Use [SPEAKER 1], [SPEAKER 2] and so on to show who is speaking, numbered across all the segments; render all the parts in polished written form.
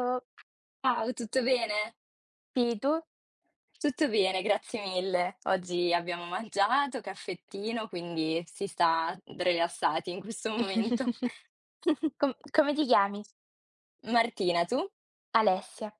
[SPEAKER 1] Oh,
[SPEAKER 2] Ciao, tutto bene?
[SPEAKER 1] sì, tu?
[SPEAKER 2] Tutto bene, grazie mille. Oggi abbiamo mangiato, caffettino, quindi si sta rilassati in questo momento.
[SPEAKER 1] Come ti chiami?
[SPEAKER 2] Martina, tu?
[SPEAKER 1] Alessia.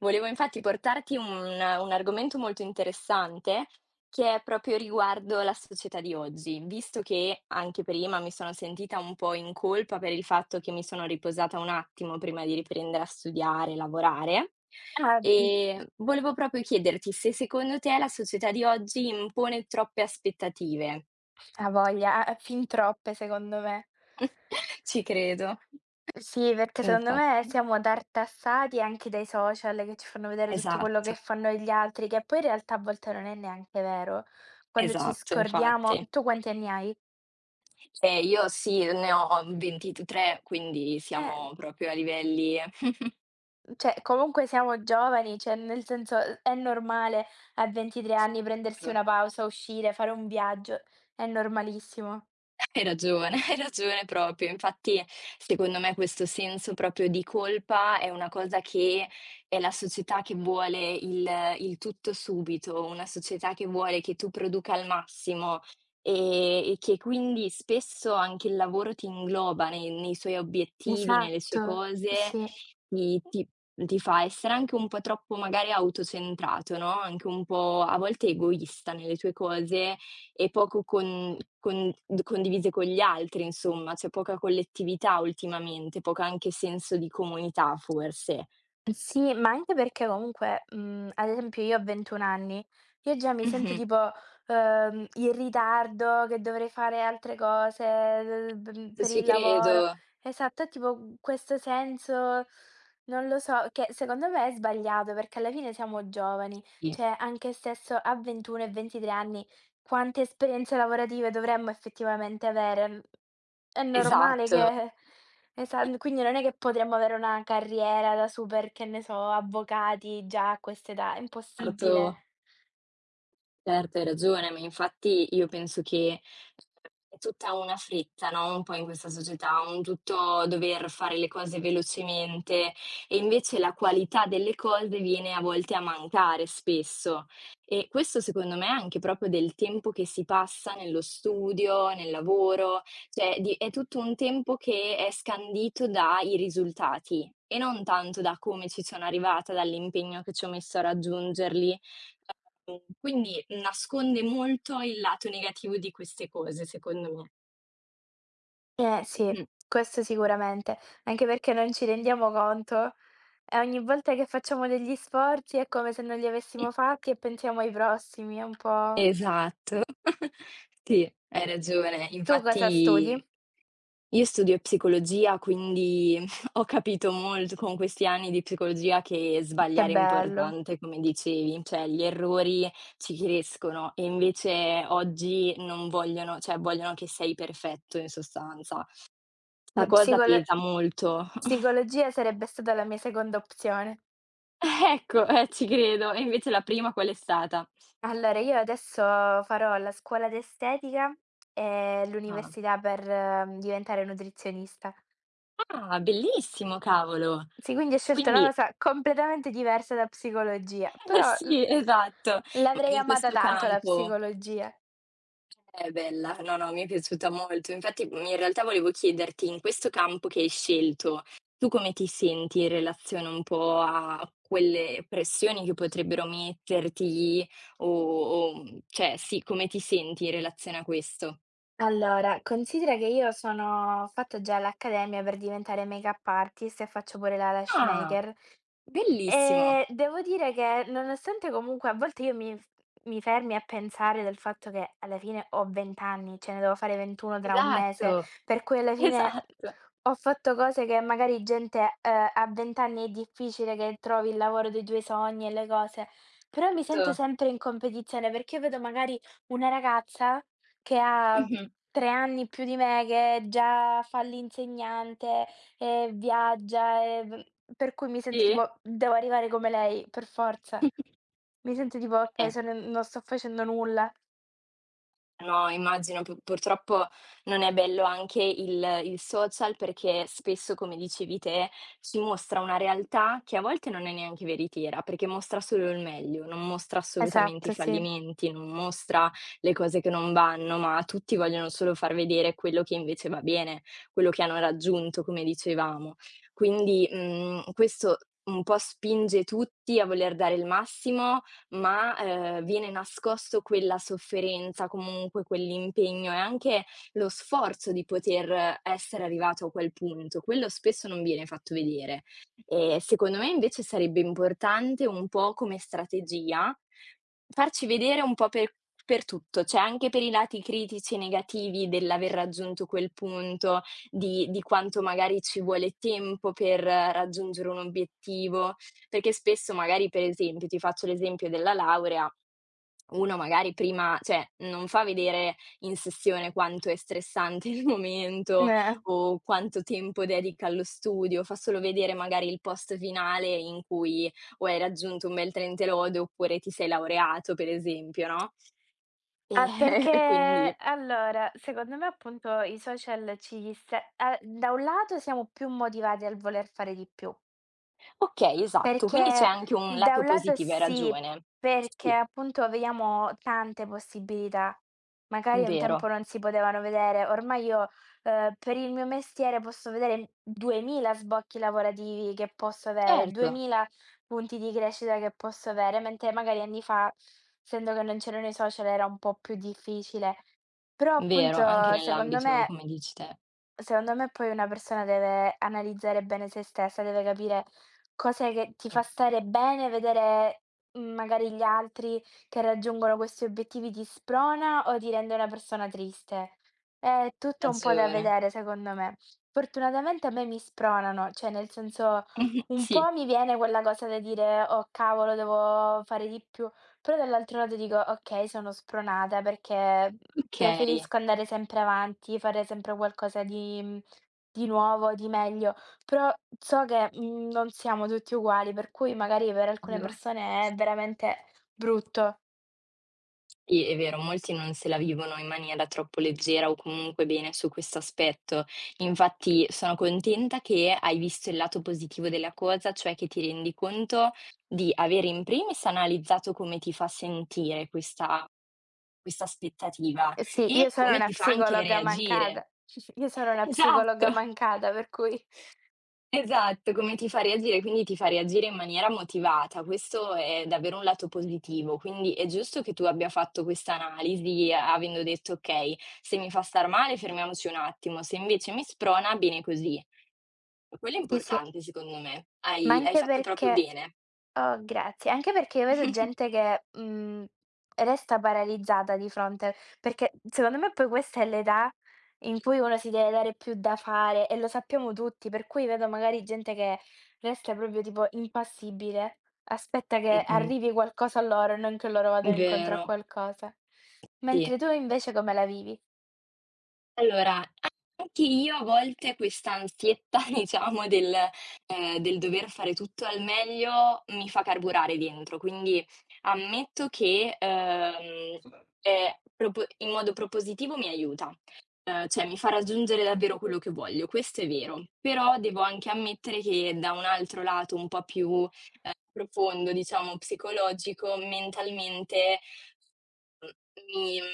[SPEAKER 2] Volevo infatti portarti un argomento molto interessante, che è proprio riguardo la società di oggi. Visto che anche prima mi sono sentita un po' in colpa per il fatto che mi sono riposata un attimo prima di riprendere a studiare, lavorare,
[SPEAKER 1] Ah,
[SPEAKER 2] volevo proprio chiederti se secondo te la società di oggi impone troppe aspettative.
[SPEAKER 1] ha voglia, a fin troppe secondo me.
[SPEAKER 2] Ci credo.
[SPEAKER 1] Sì, perché secondo me
[SPEAKER 2] Infatti.
[SPEAKER 1] siamo tartassati anche dai social che ci fanno vedere tutto quello che
[SPEAKER 2] Esatto,
[SPEAKER 1] fanno gli altri, che poi in realtà a volte non è neanche vero. Quando ci
[SPEAKER 2] esatto,
[SPEAKER 1] scordiamo,
[SPEAKER 2] infatti.
[SPEAKER 1] tu quanti anni hai?
[SPEAKER 2] Io sì, ne ho 23 anni, quindi
[SPEAKER 1] Eh,
[SPEAKER 2] siamo proprio a livelli.
[SPEAKER 1] cioè comunque siamo giovani, cioè nel senso è normale a 23 anni prendersi una pausa, uscire, fare un viaggio, è normalissimo.
[SPEAKER 2] Hai ragione, hai ragione proprio. Infatti, secondo me questo senso proprio di colpa è una cosa che è la società che vuole il tutto subito, una società che vuole che tu produca al massimo, ehm, e che quindi spesso anche il lavoro ti ingloba nei suoi obiettivi, nelle sue
[SPEAKER 1] Esatto,
[SPEAKER 2] cose,
[SPEAKER 1] sì.
[SPEAKER 2] ti ti ti fa essere anche un po' troppo magari autocentrato, no, anche un po' a volte egoista nelle tue cose e poco con d condivise con gli altri insomma, c'è poca collettività ultimamente, poco anche senso di comunità forse.
[SPEAKER 1] Sì, ma anche perché comunque, ad esempio io ho 21 anni, io già mi sento
[SPEAKER 2] Mh-mh.
[SPEAKER 1] tipo, in ritardo, che dovrei fare altre cose, l b
[SPEAKER 2] T
[SPEAKER 1] per
[SPEAKER 2] ci
[SPEAKER 1] il lavoro.
[SPEAKER 2] credo.
[SPEAKER 1] Esatto, è tipo questo senso, non lo so, che secondo me è sbagliato perché alla fine siamo giovani,
[SPEAKER 2] Sì,
[SPEAKER 1] cioè anche stesso a 21 e 23 anni quante esperienze lavorative dovremmo effettivamente avere? È normale
[SPEAKER 2] esatto,
[SPEAKER 1] che esa quindi non è che potremmo avere una carriera da super, che ne so, avvocati già a questa età, è impossibile.
[SPEAKER 2] certo. Certo, hai ragione, ma infatti io penso che è tutta una fretta, no, un po' in questa società, un tutto dover fare le cose velocemente e invece la qualità delle cose viene a volte a mancare spesso. E questo secondo me è anche proprio del tempo che si passa nello studio, nel lavoro, cioè di è tutto un tempo che è scandito dai risultati e non tanto da come ci sono arrivata, dall'impegno che ci ho messo a raggiungerli. Mhmm, quindi nasconde molto il lato negativo di queste cose, secondo me.
[SPEAKER 1] Eh sì,
[SPEAKER 2] Mh.
[SPEAKER 1] questo sicuramente, anche perché non ci rendiamo conto e ogni volta che facciamo degli sforzi è come se non li avessimo fatti e pensiamo ai prossimi, è un po'.
[SPEAKER 2] Esatto. Sì, hai ragione.
[SPEAKER 1] Tu cosa studi?
[SPEAKER 2] Infatti io studio psicologia, quindi ho capito molto con questi anni di psicologia che
[SPEAKER 1] Che
[SPEAKER 2] sbagliare è
[SPEAKER 1] bello.
[SPEAKER 2] importante, come dicevi, cioè gli errori ci crescono e invece oggi non vogliono cioè vogliono che sei perfetto in sostanza. 'Sta
[SPEAKER 1] Ehm,
[SPEAKER 2] cosa
[SPEAKER 1] psicolo
[SPEAKER 2] pesa molto.
[SPEAKER 1] Psicologia sarebbe stata la mia seconda opzione.
[SPEAKER 2] Ecco, ci credo. E invece la prima qual è stata?
[SPEAKER 1] Allora, io adesso farò la scuola d'estetica e
[SPEAKER 2] Ah.
[SPEAKER 1] l'università per, diventare nutrizionista.
[SPEAKER 2] Ah, bellissimo, cavolo.
[SPEAKER 1] Sì, quindi ho scelto una
[SPEAKER 2] Quindi
[SPEAKER 1] cosa completamente diversa da psicologia,
[SPEAKER 2] eh
[SPEAKER 1] però l
[SPEAKER 2] sì, esatto. Ma
[SPEAKER 1] l'avrei
[SPEAKER 2] in
[SPEAKER 1] amata
[SPEAKER 2] questo
[SPEAKER 1] tanto la
[SPEAKER 2] campo
[SPEAKER 1] psicologia.
[SPEAKER 2] è bella, no, no, mi è piaciuta molto. Infatti, mhmm, in realtà volevo chiederti, in questo campo che hai scelto, tu come ti senti in relazione un po' a quelle pressioni che potrebbero metterti o mhmm, cioè sì, come ti senti in relazione a questo?
[SPEAKER 1] Allora, considera che io sono ho fatto già l'accademia per diventare make-up artist e faccio pure la lash
[SPEAKER 2] Ah,
[SPEAKER 1] maker.
[SPEAKER 2] bellissimo.
[SPEAKER 1] Devo dire che nonostante comunque a volte io mi f mi fermi a pensare del fatto che alla fine ho 20 anni, cioè ne devo fare 21 tra un mese,
[SPEAKER 2] Esatto,
[SPEAKER 1] per cui alla fine
[SPEAKER 2] esatto.
[SPEAKER 1] ho fatto cose che magari gente, a 20 anni è difficile che trovi il lavoro dei tuoi sogni e le cose, però mi sento
[SPEAKER 2] Certo.
[SPEAKER 1] sempre in competizione perché io vedo magari una ragazza che ha
[SPEAKER 2] Mh-mh.
[SPEAKER 1] 3 anni più di me, che già fa l'insegnante, e viaggia, e v per cui mi sento
[SPEAKER 2] Sì.
[SPEAKER 1] tipo: "Devo arrivare come lei, per forza". Mi sento tipo: "Okay,
[SPEAKER 2] Eh,
[SPEAKER 1] sono non sto facendo nulla".
[SPEAKER 2] no, immagino pu purtroppo non è bello anche il social perché spesso, come dicevi te, ci mostra una realtà che a volte non è neanche veritiera, perché mostra solo il meglio, non mostra assolutamente
[SPEAKER 1] Esatto,
[SPEAKER 2] i
[SPEAKER 1] sì.
[SPEAKER 2] fallimenti, non mostra le cose che non vanno, ma tutti vogliono solo far vedere quello che invece va bene, quello che hanno raggiunto, come dicevamo. Quindi, mhmm, questo un po' spinge tutti a voler dare il massimo ma, viene nascosto quella sofferenza, comunque quell'impegno e anche lo sforzo di poter essere arrivato a quel punto. Quello spesso non viene fatto vedere. E secondo me invece sarebbe importante un po' come strategia, farci vedere un po' per tutto, cioè anche per i lati critici e negativi dell'aver raggiunto quel punto, di quanto magari ci vuole tempo per raggiungere un obiettivo. Perché spesso magari, per esempio, ti faccio l'esempio della laurea, uno magari prima cioè, non fa vedere in sessione quanto è stressante il momento
[SPEAKER 1] Eh.
[SPEAKER 2] o quanto tempo dedica allo studio, fa solo vedere magari il post finale in cui o hai raggiunto un bel trente lode oppure ti sei laureato, per esempio, no,
[SPEAKER 1] Ah,
[SPEAKER 2] e
[SPEAKER 1] perché
[SPEAKER 2] e quindi
[SPEAKER 1] allora, secondo me appunto i social ci stra a da un lato siamo più motivati al voler fare di più.
[SPEAKER 2] okay, esatto, quindi c'è
[SPEAKER 1] Perché
[SPEAKER 2] anche un
[SPEAKER 1] da
[SPEAKER 2] lato
[SPEAKER 1] un lato
[SPEAKER 2] positivo, hai
[SPEAKER 1] sì,
[SPEAKER 2] ragione.
[SPEAKER 1] perché
[SPEAKER 2] Sì,
[SPEAKER 1] appunto vediamo tante possibilità. Magari un tempo
[SPEAKER 2] vero.
[SPEAKER 1] non si potevano vedere, ormai io, per il mio mestiere posso vedere 2000 sbocchi lavorativi che posso avere,
[SPEAKER 2] Certo,
[SPEAKER 1] 2000 punti di crescita che posso avere, mentre magari anni fa, essendo che non c'erano i social, era un po' più difficile. Però
[SPEAKER 2] vero, anche
[SPEAKER 1] appunto secondo
[SPEAKER 2] nell'ambito
[SPEAKER 1] me
[SPEAKER 2] come dici te.
[SPEAKER 1] Secondo me poi una persona deve analizzare bene se stessa, deve capire cos'è che ti fa
[SPEAKER 2] Mh.
[SPEAKER 1] stare bene, vedere, magari gli altri che raggiungono questi obiettivi ti sprona o ti rende una persona triste. È tutto un po' da
[SPEAKER 2] Ragione.
[SPEAKER 1] vedere secondo me. Fortunatamente a me mi spronano, cioè nel senso
[SPEAKER 2] Mh-mh,
[SPEAKER 1] un
[SPEAKER 2] sì,
[SPEAKER 1] po' mi viene quella cosa da dire: "Oh cavolo, devo fare di più". Però dall'altro lato dico: "Okay, sono spronata perché
[SPEAKER 2] okay.
[SPEAKER 1] preferisco andare sempre avanti, fare sempre qualcosa di di nuovo, di meglio", però so che, non siamo tutti uguali, per cui magari per alcune persone è veramente brutto.
[SPEAKER 2] Sì, è vero, molti non se la vivono in maniera troppo leggera o comunque bene su questo aspetto. Infatti sono contenta che hai visto il lato positivo della cosa, cioè che ti rendi conto di avere in primis analizzato come ti fa sentire questa aspettativa
[SPEAKER 1] Eh sì, io
[SPEAKER 2] e
[SPEAKER 1] sono
[SPEAKER 2] come
[SPEAKER 1] una
[SPEAKER 2] ti fa anche
[SPEAKER 1] psicologa
[SPEAKER 2] reagire.
[SPEAKER 1] mancata. Io sono una
[SPEAKER 2] Esatto.
[SPEAKER 1] psicologa mancata, per cui
[SPEAKER 2] Esatto, come ti fa reagire, quindi ti fa reagire in maniera motivata. Questo è davvero un lato positivo, quindi è giusto che tu abbia fatto questa analisi a avendo detto: "Okay, se mi fa star male fermiamoci un attimo, se invece mi sprona bene così". Quello è
[SPEAKER 1] sì, sì,
[SPEAKER 2] importante secondo me.
[SPEAKER 1] ma
[SPEAKER 2] Hai
[SPEAKER 1] anche
[SPEAKER 2] fatto proprio
[SPEAKER 1] perché.
[SPEAKER 2] bene.
[SPEAKER 1] Oh, grazie. Anche perché io vedo gente che, resta paralizzata di fronte perché secondo me poi questa è l'età in cui uno si deve dare più da fare e lo sappiamo tutti, per cui vedo magari gente che resta proprio tipo impassibile, aspetta che
[SPEAKER 2] Mh-mh,
[SPEAKER 1] arrivi qualcosa a loro e non che loro vadano incontro a
[SPEAKER 2] vero,
[SPEAKER 1] qualcosa.
[SPEAKER 2] sì.
[SPEAKER 1] Mentre tu invece come la vivi?
[SPEAKER 2] Allora, anche io a volte quest'ansietta, diciamo, del del dover fare tutto al meglio mi fa carburare dentro, quindi ammetto che, propo in modo propositivo mi aiuta, cioè mi fa raggiungere davvero quello che voglio, questo è vero. Però devo anche ammettere che da un altro lato un po' più, profondo, diciamo psicologico, mentalmente mi mhmm,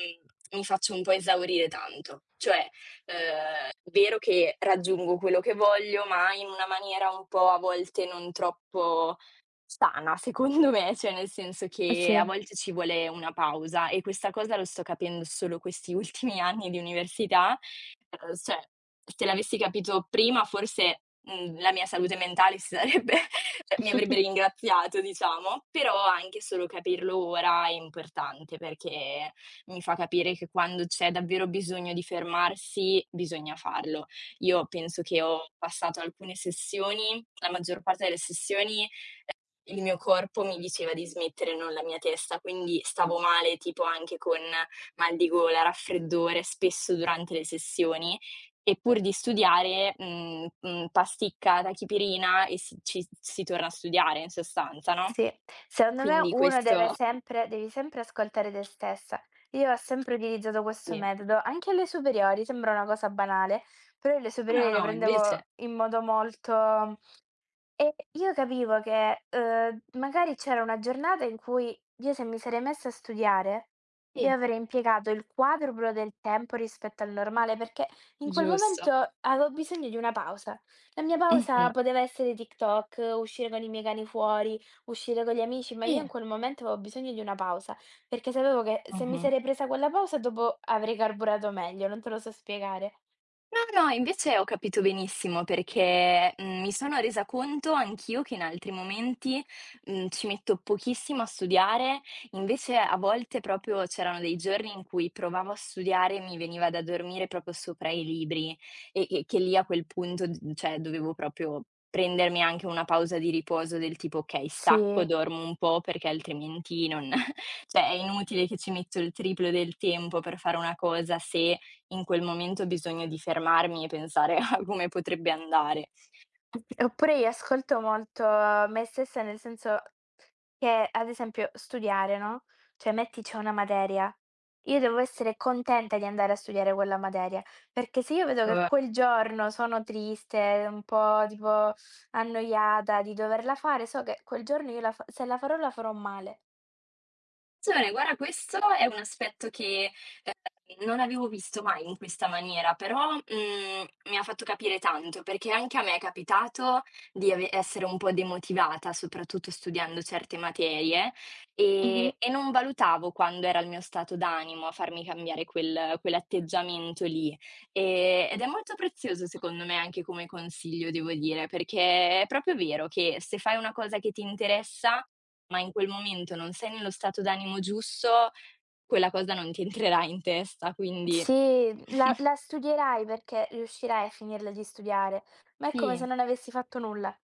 [SPEAKER 2] mi faccio un po' esaurire tanto. Cioè, vero che raggiungo quello che voglio, ma in una maniera un po' a volte non troppo sana, secondo me, cioè nel senso che a
[SPEAKER 1] Sì.
[SPEAKER 2] volte ci vuole una pausa e questa cosa lo sto capendo solo questi ultimi anni di università, cioè se l'avessi capito prima forse, mhmm, la mia salute mentale si sarebbe cioè mi avrebbe ringraziato diciamo, però anche solo capirlo ora è importante perché mi fa capire che quando c'è davvero bisogno di fermarsi, bisogna farlo. Io penso che ho passato alcune sessioni, la maggior parte delle sessioni, il mio corpo mi diceva di smettere, non la mia testa, quindi stavo male tipo anche con mal di gola, raffreddore, spesso durante le sessioni e pur di studiare, pasticca, tachipirina e si ci si torna a studiare in sostanza, no?
[SPEAKER 1] Sì, secondo me
[SPEAKER 2] Quindi
[SPEAKER 1] uno deve
[SPEAKER 2] questo
[SPEAKER 1] sempre devi sempre ascoltare te stessa. Io ho sempre utilizzato questo
[SPEAKER 2] sì.
[SPEAKER 1] metodo, anche alle superiori, sembra una cosa banale, però io le
[SPEAKER 2] No, no,
[SPEAKER 1] superiori le
[SPEAKER 2] no, invece
[SPEAKER 1] prendevo in modo molto. E io capivo che, magari c'era una giornata in cui io se mi sarei messa a studiare, io
[SPEAKER 2] sì.
[SPEAKER 1] avrei impiegato il quadruplo del tempo rispetto al normale, perché in quel
[SPEAKER 2] Giusto.
[SPEAKER 1] momento avevo bisogno di una pausa. La mia pausa
[SPEAKER 2] Mh-mh.
[SPEAKER 1] poteva essere TikTok, uscire con i miei cani fuori, uscire con gli amici, ma io in
[SPEAKER 2] Sì.
[SPEAKER 1] quel momento avevo bisogno di una pausa, perché sapevo che se mi
[SPEAKER 2] Mh-mh.
[SPEAKER 1] sarei presa quella pausa dopo avrei carburato meglio, non te lo so spiegare.
[SPEAKER 2] No, no, invece ho capito benissimo perché, mhmm, mi sono resa conto anch'io che in altri momenti, mhmm, ci metto pochissimo a studiare, invece a volte proprio c'erano dei giorni in cui provavo a studiare e mi veniva da dormire proprio sopra i libri e che lì a quel punto d cioè dovevo proprio prendermi anche una pausa di riposo del tipo: "Okay, stacco,
[SPEAKER 1] Sì.
[SPEAKER 2] dormo un po' perché altrimenti non cioè è inutile che ci metto il triplo del tempo per fare una cosa se in quel momento ho bisogno di fermarmi e pensare a come potrebbe andare".
[SPEAKER 1] Oppure io ascolto molto me stessa, nel senso che, ad esempio, studiare, no, cioè metti c'è una materia, io devo essere contenta di andare a studiare quella materia, perché se io vedo che
[SPEAKER 2] Co
[SPEAKER 1] quel giorno sono triste, un po' tipo annoiata di doverla fare, so che quel giorno io la fa se la farò, la farò male.
[SPEAKER 2] Attenzione, guarda questo è un aspetto che, non avevo visto mai in questa maniera, però, mhmm, mi ha fatto capire tanto, perché anche a me è capitato di ave essere un po' demotivata, soprattutto studiando certe materie,
[SPEAKER 1] Mh-mh.
[SPEAKER 2] e non valutavo quando era il mio stato d'animo a farmi cambiare quell'atteggiamento lì. Ed è molto prezioso secondo me anche come consiglio, devo dire, perché è proprio vero che se fai una cosa che ti interessa, ma in quel momento non sei nello stato d'animo giusto, quella cosa non ti entrerà in testa, quindi
[SPEAKER 1] Sì, la studierai perché riuscirai a finirla di studiare, ma è come se
[SPEAKER 2] sì.
[SPEAKER 1] non avessi fatto nulla.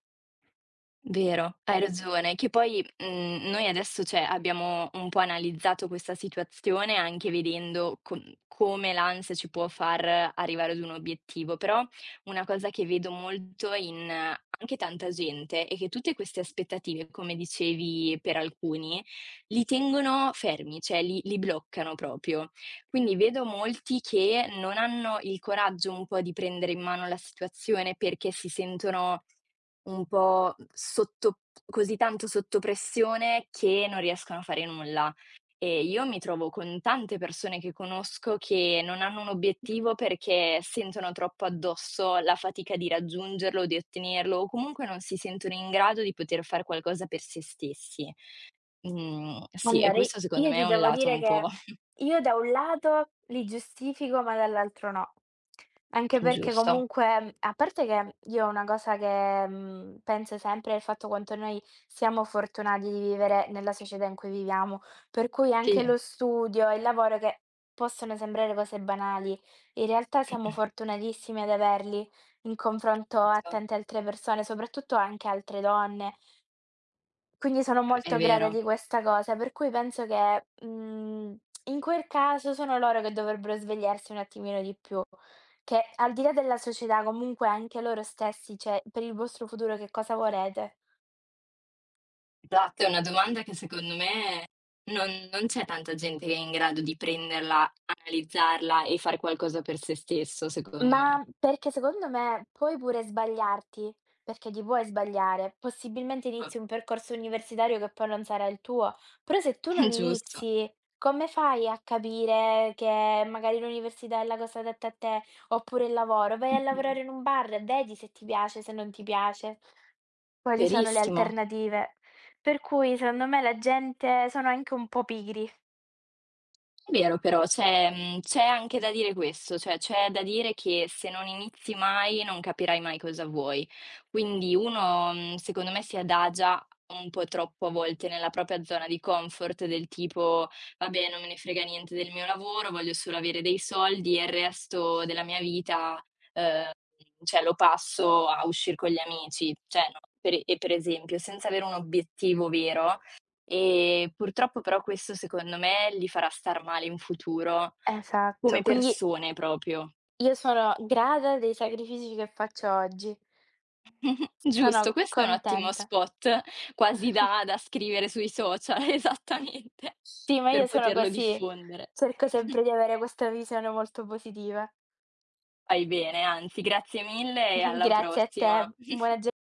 [SPEAKER 2] Vero, hai ragione. Che poi, mhmm, noi adesso, cioè, abbiamo un po' analizzato questa situazione anche vedendo com come l'ansia ci può far arrivare ad un obiettivo, però una cosa che vedo molto in anche tanta gente è che tutte queste aspettative, come dicevi per alcuni, li tengono fermi, cioè li bloccano proprio. Quindi vedo molti che non hanno il coraggio un po' di prendere in mano la situazione perché si sentono un po' sotto così tanto sotto pressione che non riescono a fare nulla. E io mi trovo con tante persone che conosco che non hanno un obiettivo perché sentono troppo addosso la fatica di raggiungerlo, di ottenerlo o comunque non si sentono in grado di poter fare qualcosa per se stessi. Mhmm, sì, e
[SPEAKER 1] Allora, i
[SPEAKER 2] questo secondo
[SPEAKER 1] io
[SPEAKER 2] me
[SPEAKER 1] ti
[SPEAKER 2] è un
[SPEAKER 1] devo
[SPEAKER 2] lato
[SPEAKER 1] dire
[SPEAKER 2] un
[SPEAKER 1] che
[SPEAKER 2] po'.
[SPEAKER 1] io da un lato li giustifico, ma dall'altro no. Anche perché
[SPEAKER 2] Giusto.
[SPEAKER 1] comunque a parte che io una cosa che, penso sempre è il fatto quanto noi siamo fortunati di vivere nella società in cui viviamo, per cui anche
[SPEAKER 2] Sì,
[SPEAKER 1] lo studio e il lavoro che possono sembrare cose banali, in realtà siamo fortunatissimi ad averli in confronto a tante altre persone, soprattutto anche altre donne, quindi sono molto
[SPEAKER 2] è
[SPEAKER 1] grata
[SPEAKER 2] vero.
[SPEAKER 1] di questa cosa, per cui penso che, in quel caso sono loro che dovrebbero svegliarsi un attimino di più, che al di là della società comunque anche loro stessi, cioè: "Per il vostro futuro che cosa volete?"
[SPEAKER 2] Esatto, è una domanda che secondo me non c'è tanta gente che è in grado di prenderla, analizzarla e fare qualcosa per sé stesso, secondo me.
[SPEAKER 1] Ma perché secondo me puoi pure sbagliarti, perché ti puoi sbagliare. Possibilmente inizi un percorso universitario che poi non sarà il tuo, però se tu non
[SPEAKER 2] Giusto.
[SPEAKER 1] inizi, come fai a capire che magari l'università è la cosa adatta a te, oppure il lavoro? Vai a
[SPEAKER 2] Mh-mh.
[SPEAKER 1] lavorare in un bar, vedi se ti piace, se non ti piace, quali sono le
[SPEAKER 2] Verissimo.
[SPEAKER 1] alternative. Per cui secondo me la gente sono anche un po' pigri.
[SPEAKER 2] È vero però, c'è mhmm, c'è anche da dire questo, cioè c'è da dire che se non inizi mai non capirai mai cosa vuoi. Quindi uno, mhmm, secondo me si adagia un po' troppo a volte nella propria zona di comfort del tipo: "Vabbè, non me ne frega niente del mio lavoro, voglio solo avere dei soldi e il resto della mia vita, uhm, cioè lo passo a uscir con gli amici". Cioè no per esempio, senza avere un obiettivo vero. Purtroppo però questo secondo me li farà star male in futuro,
[SPEAKER 1] Esatto,
[SPEAKER 2] come
[SPEAKER 1] quindi
[SPEAKER 2] persone proprio.
[SPEAKER 1] io sono grata dei sacrifici che faccio oggi.
[SPEAKER 2] Mh-mh, giusto,
[SPEAKER 1] Sono
[SPEAKER 2] questo è un ottimo
[SPEAKER 1] contenta.
[SPEAKER 2] spot, quasi da scrivere sui social, esattamente,
[SPEAKER 1] Sì, ma io
[SPEAKER 2] per
[SPEAKER 1] sono
[SPEAKER 2] poterlo
[SPEAKER 1] così.
[SPEAKER 2] diffondere.
[SPEAKER 1] Cerco sempre di avere questa visione molto positiva.
[SPEAKER 2] Fai bene, anzi, grazie mille e alla
[SPEAKER 1] Grazie a
[SPEAKER 2] prossima.
[SPEAKER 1] te, buona